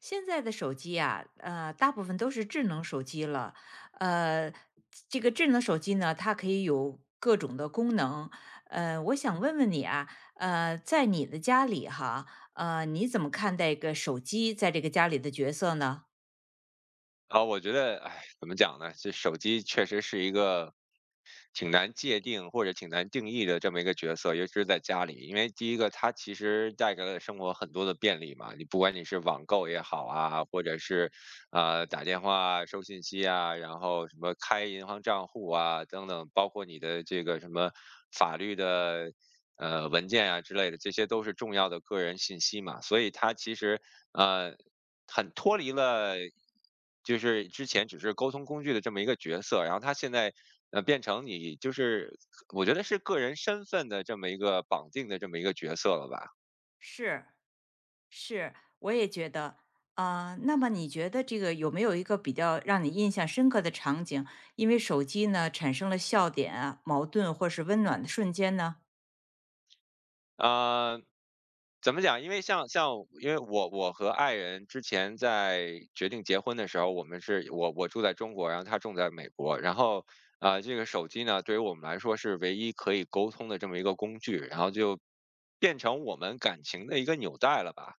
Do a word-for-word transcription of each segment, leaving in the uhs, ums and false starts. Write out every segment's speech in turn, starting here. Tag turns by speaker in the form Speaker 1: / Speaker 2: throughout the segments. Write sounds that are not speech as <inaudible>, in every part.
Speaker 1: 现在的手机啊，呃，大部分都是智能手机了。呃，这个智能手机呢，它可以有各种的功能。呃，我想问问你啊，呃，在你的家里哈，呃，你怎么看待一个手机在这个家里的角色呢？
Speaker 2: 啊，我觉得，哎，怎么讲呢？这手机确实是一个挺难界定或者挺难定义的这么一个角色，尤其是在家里。因为第一个，它其实带给了生活很多的便利嘛，你不管你是网购也好啊，或者是呃打电话啊、收信息啊，然后什么开银行账户啊等等，包括你的这个什么法律的呃文件啊之类的，这些都是重要的个人信息嘛，所以它其实呃很脱离了，就是之前只是沟通工具的这么一个角色，然后它现在呃变成你就是我觉得是个人身份的这么一个绑定的这么一个角色了吧。
Speaker 1: 是是，我也觉得。啊，那么你觉得这个有没有一个比较让你印象深刻的场景？因为手机呢产生了笑点啊、矛盾或是温暖的瞬间呢？
Speaker 2: 呃，怎么讲？因为像像因为我我和爱人之前在决定结婚的时候，我们是我我住在中国，然后他住在美国。然后呃，这个手机呢，对于我们来说是唯一可以沟通的这么一个工具，然后就变成我们感情的一个纽带了吧。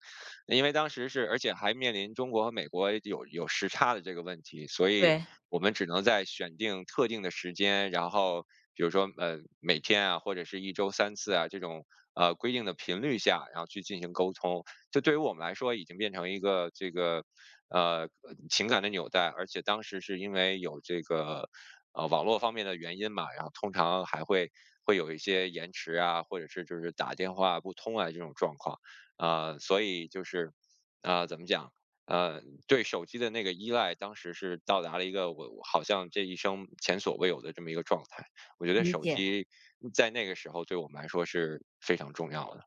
Speaker 2: 因为当时是而且还面临中国和美国有有时差的这个问题，所以
Speaker 1: 对，
Speaker 2: 我们只能在选定特定的时间，然后比如说呃每天啊，或者是一周三次啊这种呃规定的频率下，然后去进行沟通。这对于我们来说已经变成一个这个呃情感的纽带，而且当时是因为有这个呃网络方面的原因嘛，然后通常还会会有一些延迟啊，或者是就是打电话不通啊这种状况。啊，所以就是，啊，怎么讲？呃，对手机的那个依赖，当时是到达了一个我我好像这一生前所未有的这么一个状态。我觉得
Speaker 1: 理
Speaker 2: 手
Speaker 1: 解。
Speaker 2: 机在那个时候对我们来说是非常重要的。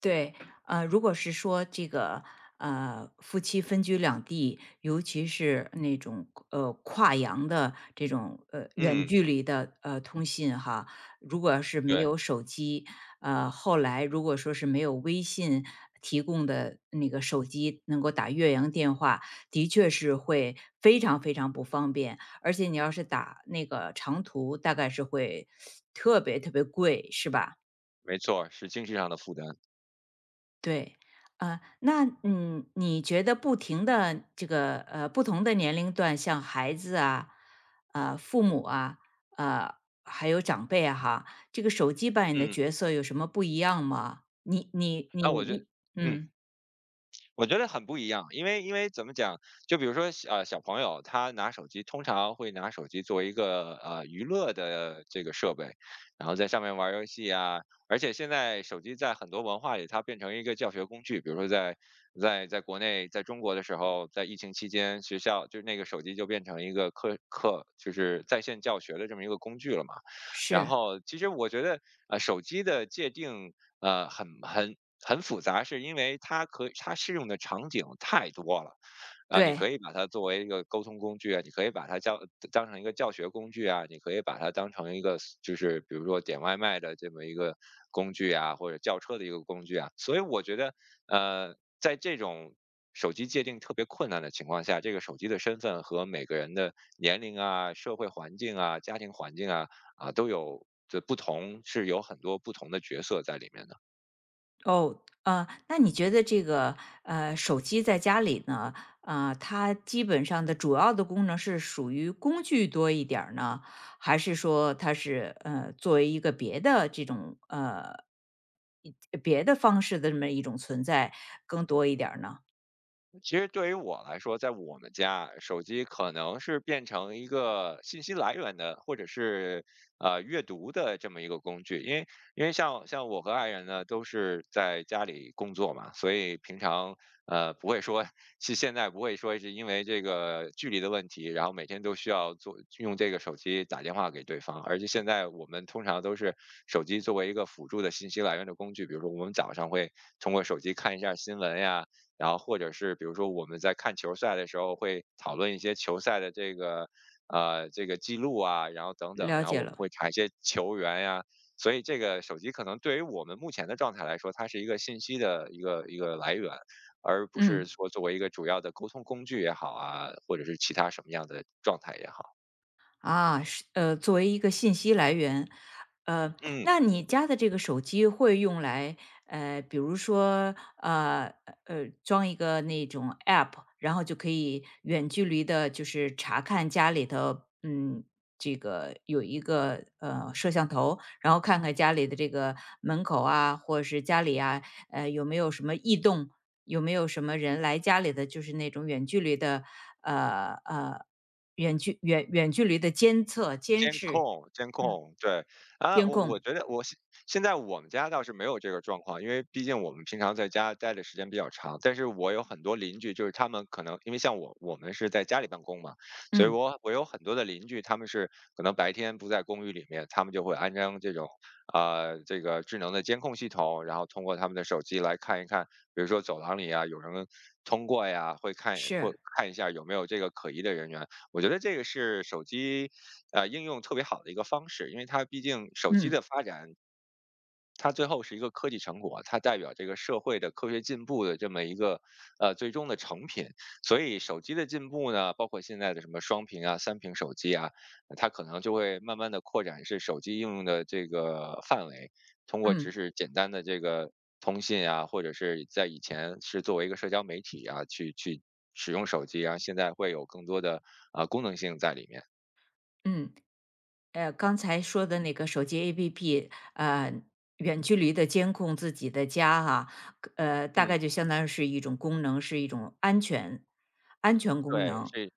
Speaker 1: 对，呃，如果是说这个呃夫妻分居两地，尤其是那种呃跨洋的这种呃远
Speaker 2: 嗯，
Speaker 1: 距离的呃通信哈，如果要是没
Speaker 2: 对，
Speaker 1: 有手机，呃，后来如果说是没有微信提供的那个手机能够打越洋电话，的确是会非常非常不方便，而且你要是打那个长途，大概是会特别特别贵，是吧？
Speaker 2: 没错，是经济上的负担。
Speaker 1: 对，啊，那嗯，你觉得不停的这个呃不同的年龄段，像孩子啊、呃父母啊、呃还有长辈啊，哈，这个手机扮演的
Speaker 2: 嗯，
Speaker 1: 角色有什么不一样吗？你你你
Speaker 2: 那我觉得
Speaker 1: 一
Speaker 2: 嗯。
Speaker 1: 嗯，
Speaker 2: 我觉得很不一样，因为因为怎么讲，就比如说小呃小朋友他拿手机，通常会拿手机作为一个呃娱乐的这个设备，然后在上面玩儿游戏啊。而且现在手机在很多文化里，它变成一个教学工具。比如说在在在国内，在中国的时候，在疫情期间，学校就是那个手机就变成一个课课，就是在线教学的这么一个工具了嘛。然
Speaker 1: 是
Speaker 2: 后其实我觉得，呃，手机的界定呃，很很很复杂，是因为它可它适用的场景太多了。啊，你可
Speaker 1: 对。
Speaker 2: 以把它作为一个沟通工具啊，你可以把它教当成一个教学工具啊，你可以把它当成一个就是比如说点外卖的这么一个工具啊，或者叫车的一个工具啊。所以我觉得，呃，在这种手机界定特别困难的情况下，这个手机的身份和每个人的年龄啊、社会环境啊、家庭环境啊啊都有。这不同是有很多不同的角色在里面的。
Speaker 1: 哦，啊，那你觉得这个呃，手机在家里呢，啊，它基本上的主要的功能是属于工具多一点儿呢，还是说它是呃作为一个别的这种呃一别的方式的这么一种存在更多一点儿呢？
Speaker 2: 其实对于我来说，在我们家，手机可能是变成一个信息来源的，或者是呃阅读的这么一个工具。因为因为像像我和爱人呢，都是在家里工作嘛，所以平常呃不会说，是现在不会说是因为这个距离的问题，然后每天都需要做用这个手机打电话给对方。而且现在我们通常都是手机作为一个辅助的信息来源的工具，比如说我们早上会通过手机看一下新闻呀。然后或者是比如说我们在看球赛的时候会讨论一些球赛的这个呃这个记录啊，然后等等，
Speaker 1: 了
Speaker 2: 然后
Speaker 1: 解
Speaker 2: 我们
Speaker 1: 了，
Speaker 2: 会查一些球员呀、所以这个手机可能对于我们目前的状态来说，它是一个信息的一个一个来源，而不是
Speaker 1: 嗯。
Speaker 2: 说作为一个主要的沟通工具也好啊，或者是其他什么样的状态也好，
Speaker 1: 啊，是呃，作为一个信息来源，呃，
Speaker 2: 嗯。
Speaker 1: 那你家的这个手机会用来，呃，比如说，呃呃，装一个那种 app，然后就可以远距离的，就是查看家里头，嗯，这个有一个呃摄像头，然后看看家里的这个门口啊，或者是家里啊，呃，有没有什么异动，有没有什么人来家里的，就是那种远距离的，呃呃远距远远距离的监测、监
Speaker 2: 监
Speaker 1: 视，
Speaker 2: 控监
Speaker 1: 嗯，
Speaker 2: 控，对。啊，
Speaker 1: 监
Speaker 2: 我我
Speaker 1: 控，
Speaker 2: 觉得我现现在我们家倒是没有这个状况，因为毕竟我们平常在家待的时间比较长。但是我有很多邻居，就是他们可能因为像我我们是在家里办公嘛，所以
Speaker 1: 嗯，
Speaker 2: 我我有很多的邻居，他们是可能白天不在公寓里面，他们就会安装这种，啊，这个智能的监控系统，然后通过他们的手机来看一看，比如说走廊里啊，有人通过呀，会看会
Speaker 1: 是，
Speaker 2: 看一下有没有这个可疑的人员。我觉得这个是手机呃，应用特别好的一个方式，因为它毕竟手机
Speaker 1: 嗯
Speaker 2: 的发展，它最后是一个科技成果，它代表这个社会的科学进步的这么一个呃最终的成品。所以手机的进步呢，包括现在的什么双屏啊、三屏手机啊，它可能就会慢慢的扩展是手机应用的这个范围，通过只
Speaker 1: 嗯
Speaker 2: 是简单的这个通信啊，或者是在以前是作为一个社交媒体啊去去使用手机，啊，现在会有更多的啊、呃功能性在里面。
Speaker 1: 嗯，呃，刚才说的那个手机 A P P，呃，远距离的监控自己的家哈，呃，大
Speaker 2: 嗯。
Speaker 1: 概就相当于是一种功能，是一种安全安全功
Speaker 2: 对，
Speaker 1: 能。
Speaker 2: 是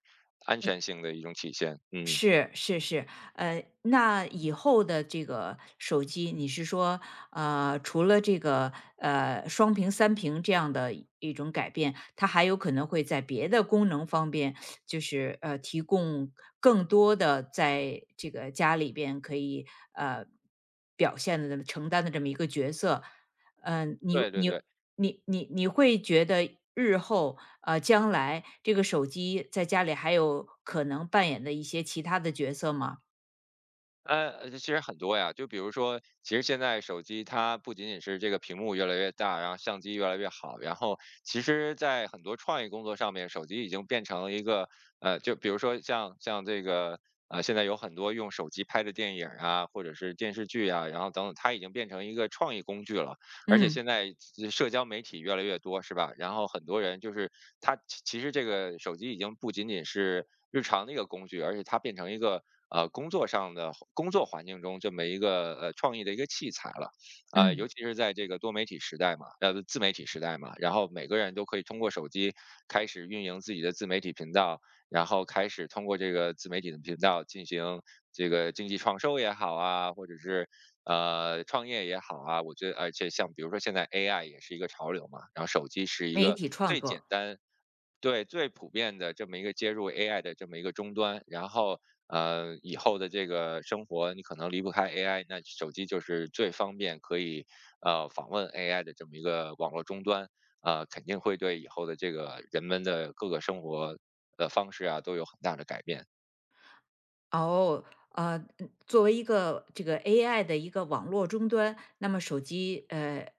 Speaker 2: 安全性的一种体现，嗯，
Speaker 1: 是是是，呃，那以后的这个手机，你是说，呃，除了这个呃双屏、三屏这样的一一种改变，它还有可能会在别的功能方面，就是呃提供更多的在这个家里边可以呃表现的、承担的这么一个角色。嗯，你
Speaker 2: 对对
Speaker 1: 你
Speaker 2: 对。
Speaker 1: 你你你会觉得日后呃将来这个手机在家里还有可能扮演的一些其他的角色吗？
Speaker 2: 呃，其实很多呀，就比如说，其实现在手机它不仅仅是这个屏幕越来越大，然后相机越来越好，然后其实，在很多创意工作上面，手机已经变成一个呃，就比如说像像这个呃，现在有很多用手机拍的电影啊，或者是电视剧啊，然后等等，它已经变成一个创意工具了。而且
Speaker 1: 嗯
Speaker 2: 现在社交媒体越来越多，是吧？然后很多人就是他其其实这个手机已经不仅仅是日常的一个工具，而且它变成一个呃工作上的工作环境中这么一个呃创意的一个器材了。呃，尤
Speaker 1: 嗯，
Speaker 2: 其是在这个多媒体时代嘛，呃自媒体时代嘛，然后每个人都可以通过手机开始运营自己的自媒体频道，然后开始通过这个自媒体的频道进行这个经济创收也好啊，或者是呃，创业也好啊，我觉得而且像比如说现在 A I 也是一个潮流嘛，然后手机是一
Speaker 1: 媒
Speaker 2: 个
Speaker 1: 体创
Speaker 2: 最简
Speaker 1: 作，
Speaker 2: 单对，最普遍的这么一个接入 A I 的这么一个终端，然后呃，以后的这个生活你可能离不开 A I，那手机就是最方便可以呃访问 A I 的这么一个网络终端，呃，肯定会对以后的这个人们的各个生活的方式啊都有很大的改变。
Speaker 1: 哦，呃，嗯作为一个这个 A I 的一个网络终端，那么手机呃，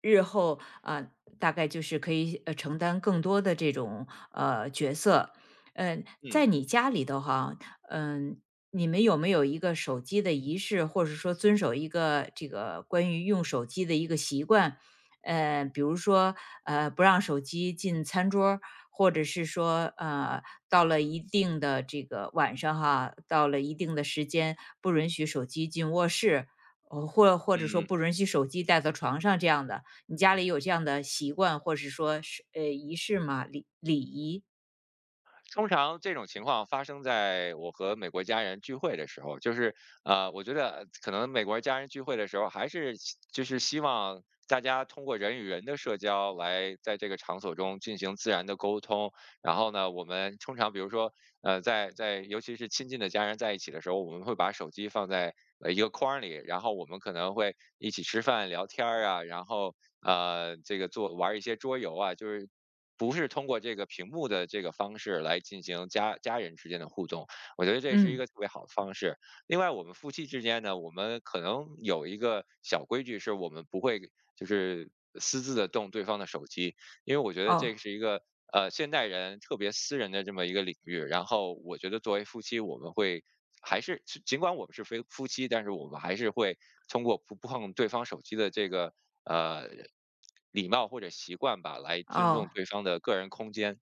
Speaker 1: 日后啊，大概就是可以呃承担更多的这种呃角色。嗯，
Speaker 2: 嗯嗯。
Speaker 1: 在你家里头哈，嗯，你们有没有一个手机的仪式，或者说遵守一个这个关于用手机的一个习惯？呃，比如说，呃，不让手机进餐桌，或者是说，呃，到了一定的这个晚上哈，到了一定的时间，不允许手机进卧室，呃或或者说
Speaker 2: 嗯
Speaker 1: 不允许手机带到床上这样的。你家里有这样的习惯，或是说是呃仪式吗？礼礼仪？
Speaker 2: 通常这种情况发生在我和美国家人聚会的时候，就是呃，我觉得可能美国家人聚会的时候，还是希就是希望大家通过人与人的社交来在这个场所中进行自然的沟通。然后呢，我们通常比如说，呃，在在尤其是亲近的家人在一起的时候，我们会把手机放在呃一个框儿里，然后我们可能会一起吃饭聊天儿啊，然后呃这个做玩儿一些桌游啊，就是不是通过这个屏幕的这个方式来进行家家人之间的互动，我觉得这是一
Speaker 1: 嗯，
Speaker 2: 个特别好的方式。另外，我们夫妻之间呢，我们可能有一个小规矩，是我们不会就是私自的动对方的手机，因为我觉得这
Speaker 1: 哦
Speaker 2: 是一个呃现代人特别私人的这么一个领域。然后我觉得作为夫妻，我们会还是尽管我们是非夫妻，但是我们还是会通过不碰对方手机的这个呃礼貌或者习惯吧，来尊重
Speaker 1: 哦。
Speaker 2: 对方的个人空间。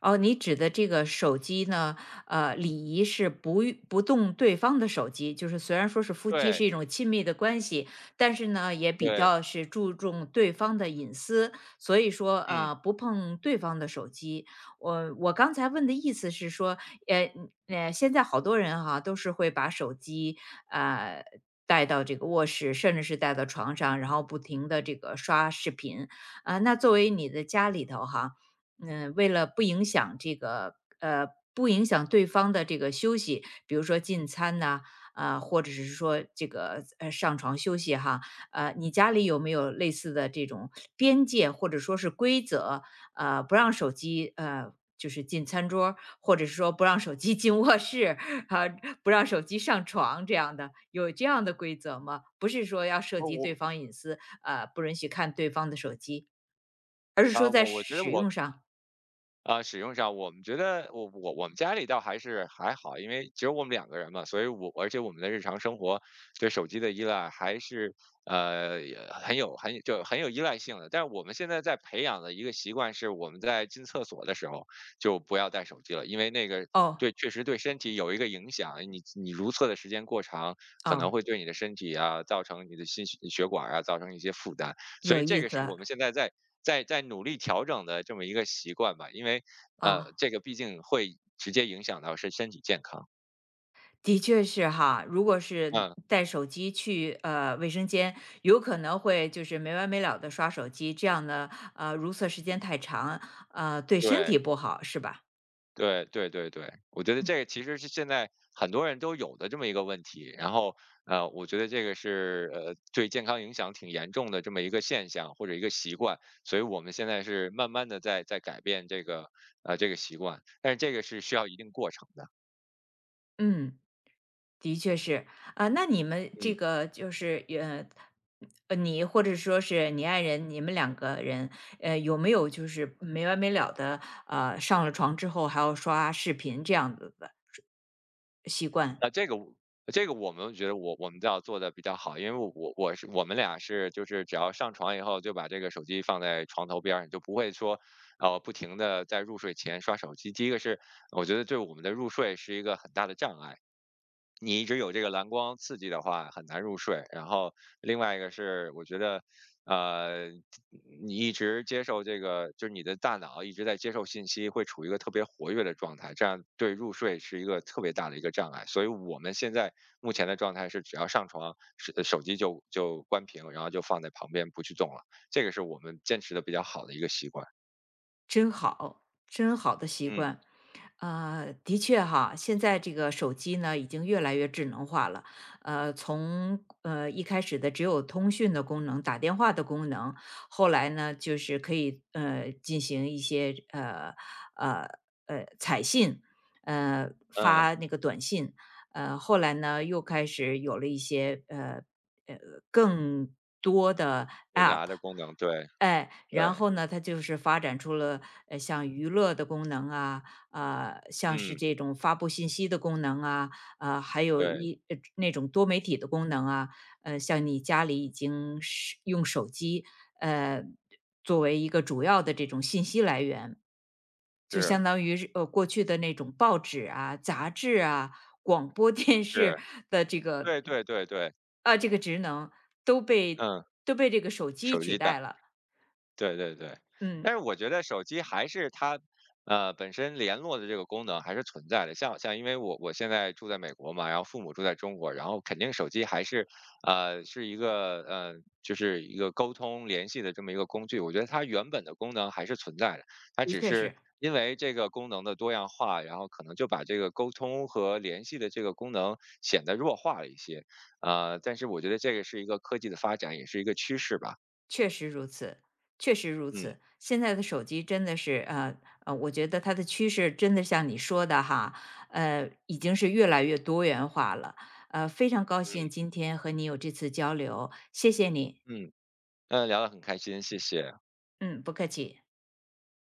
Speaker 1: 哦，你指的这个手机呢，呃，礼仪是不与不动对方的手机，就是虽然说是夫妻
Speaker 2: 对
Speaker 1: 是一种亲密的关系，但是呢，也比
Speaker 2: 对，
Speaker 1: 较是注重对方的隐私，所以说
Speaker 2: 嗯，
Speaker 1: 呃，不碰对方的手机。我我刚才问的意思是说，呃呃，现在好多人哈，都是会把手机呃。带到这个卧室，甚至是带到床上，然后不停的这个刷视频，啊，那作为你的家里头哈，嗯，为了不影响这个呃，不影响对方的这个休息，比如说进餐呐，啊，或者是说这个呃上床休息哈，呃，你家里有没有类似的这种边界或者说是规则？呃，不让手机呃就是进餐桌儿或者是说不让手机 <laughs> 进卧室啊，不让手机上床这样的，有这样的规则吗？不是说要涉
Speaker 2: 我
Speaker 1: 及对
Speaker 2: 我
Speaker 1: 方隐私，呃，不允许看对方的手机，而是
Speaker 2: 啊、
Speaker 1: 说在
Speaker 2: 我我觉得
Speaker 1: 使
Speaker 2: 我
Speaker 1: 用上。
Speaker 2: 啊，使用上我们觉得我我我们家里倒还是还好，因为只有我们两个人嘛，所以我而且我们的日常生活对手机的依赖还是呃也很有很就很有依赖性的。但是我们现在在培养的一个习惯是，我们在进厕所的时候就不要带手机了，因为那个，
Speaker 1: 哦，
Speaker 2: 对，确实对身体有一个影响。你你如厕的时间过长，可能
Speaker 1: 哦，
Speaker 2: 会对你的身体啊造成你的心血血管啊造成一些负担。所
Speaker 1: 有
Speaker 2: 以这
Speaker 1: 意
Speaker 2: 个是我
Speaker 1: 思，
Speaker 2: 们现在在在在努力调整的这么一个习惯吧，因为呃，
Speaker 1: 哦，
Speaker 2: 这个毕竟会直接影响到身身体健康。
Speaker 1: 的确是哈。如果是
Speaker 2: 嗯，
Speaker 1: 带手机去呃卫生间，有可能会就是没完没了的刷手机，这样呢，呃，如厕时间太长，呃，对身
Speaker 2: 对
Speaker 1: 体不好，是吧？
Speaker 2: 对对对对，我觉得这个其实是现在很多人都有的这么一个问题，然后呃，我觉得这个是呃对健康影响挺严重的这么一个现象或者一个习惯，所以我们现在是慢慢的在在改变这个呃这个习惯，但是这个是需要一定过程的。
Speaker 1: 嗯，的确是。啊，那你们这
Speaker 2: 嗯。
Speaker 1: 个就是呃，呃你或者说是你爱人，你们两个人，呃，有没有就是没完没了的呃上了床之后还要刷视频这样子的习惯？
Speaker 2: 那这个我这个我们觉得我我们要做的比较好，因为我我我是我们俩是就是只要上床以后就把这个手机放在床头边儿，你就不会说，呃，不停的在入睡前刷手机。第一个是我觉得对我们的入睡是一个很大的障碍，你一直有这个蓝光刺激的话，很难入睡。然后另外一个是，我觉得，呃，你一直接受这个，就是你的大脑一直在接受信息，会处于一个特别活跃的状态，这样对入睡是一个特别大的一个障碍。所以我们现在目前的状态是，只要上床，手呃手机就就关屏，然后就放在旁边不去动了。这个是我们坚持的比较好的一个习惯。
Speaker 1: 真好，真好的习
Speaker 2: 嗯
Speaker 1: 惯。呃，的确哈，现在这个手机呢已经越来越智能化了。呃，从呃一开始的只有通讯的功能、打电话的功能，后来呢就是可以呃进行一些呃呃呃彩信，呃
Speaker 2: 嗯，
Speaker 1: 发那个短信，呃后来呢又开始有了一些呃呃更多的
Speaker 2: 复
Speaker 1: App，
Speaker 2: 杂的功能，对
Speaker 1: 哎，然
Speaker 2: 对，
Speaker 1: 后呢，它就是发展出了呃像娱乐的功能啊，啊，像是
Speaker 2: 嗯
Speaker 1: 这种发布信息的功能啊，啊，还有
Speaker 2: 对，
Speaker 1: 一呃那种多媒体的功能啊，呃，像你家里已经是用手机呃作为一个主要的这种信息来源，就相
Speaker 2: 是
Speaker 1: 当于是呃过去的那种报纸啊、杂志啊、广播 <laughs> 电视
Speaker 2: 是，
Speaker 1: 的这个
Speaker 2: 对对对对。
Speaker 1: 啊，这个职能都被
Speaker 2: 嗯，
Speaker 1: 都被这个手机
Speaker 2: 手
Speaker 1: 取
Speaker 2: 机
Speaker 1: 代
Speaker 2: 大，
Speaker 1: 了，
Speaker 2: 对对对。
Speaker 1: 嗯。
Speaker 2: 但是我觉得手机还是它，呃，本身联络的这个功能还是存在的。像像因为我我现在住在美国嘛，然后父母住在中国，然后肯定手机还是，呃，是一个呃，就是一个沟通联系的这么一个工具。我觉得它原本的功能还是存在的，它
Speaker 1: 的
Speaker 2: 只
Speaker 1: 确
Speaker 2: 是
Speaker 1: 是。
Speaker 2: 因为这个功能的多样化，然后可能就把这个沟通和联系的这个功能显得弱化了一些。呃，但是我觉得这个是一个科技的发展，也是一个趋势吧。
Speaker 1: 确实如此，确实如
Speaker 2: 嗯
Speaker 1: 此。现在的手机真的是，呃呃，我觉得它的趋势真的像你说的哈，呃，已经是越来越多元化了。呃，非常高兴
Speaker 2: 嗯
Speaker 1: 今天和你有这次交流，谢谢你。
Speaker 2: 嗯，嗯，聊得很开心，谢谢。
Speaker 1: 嗯，不客气。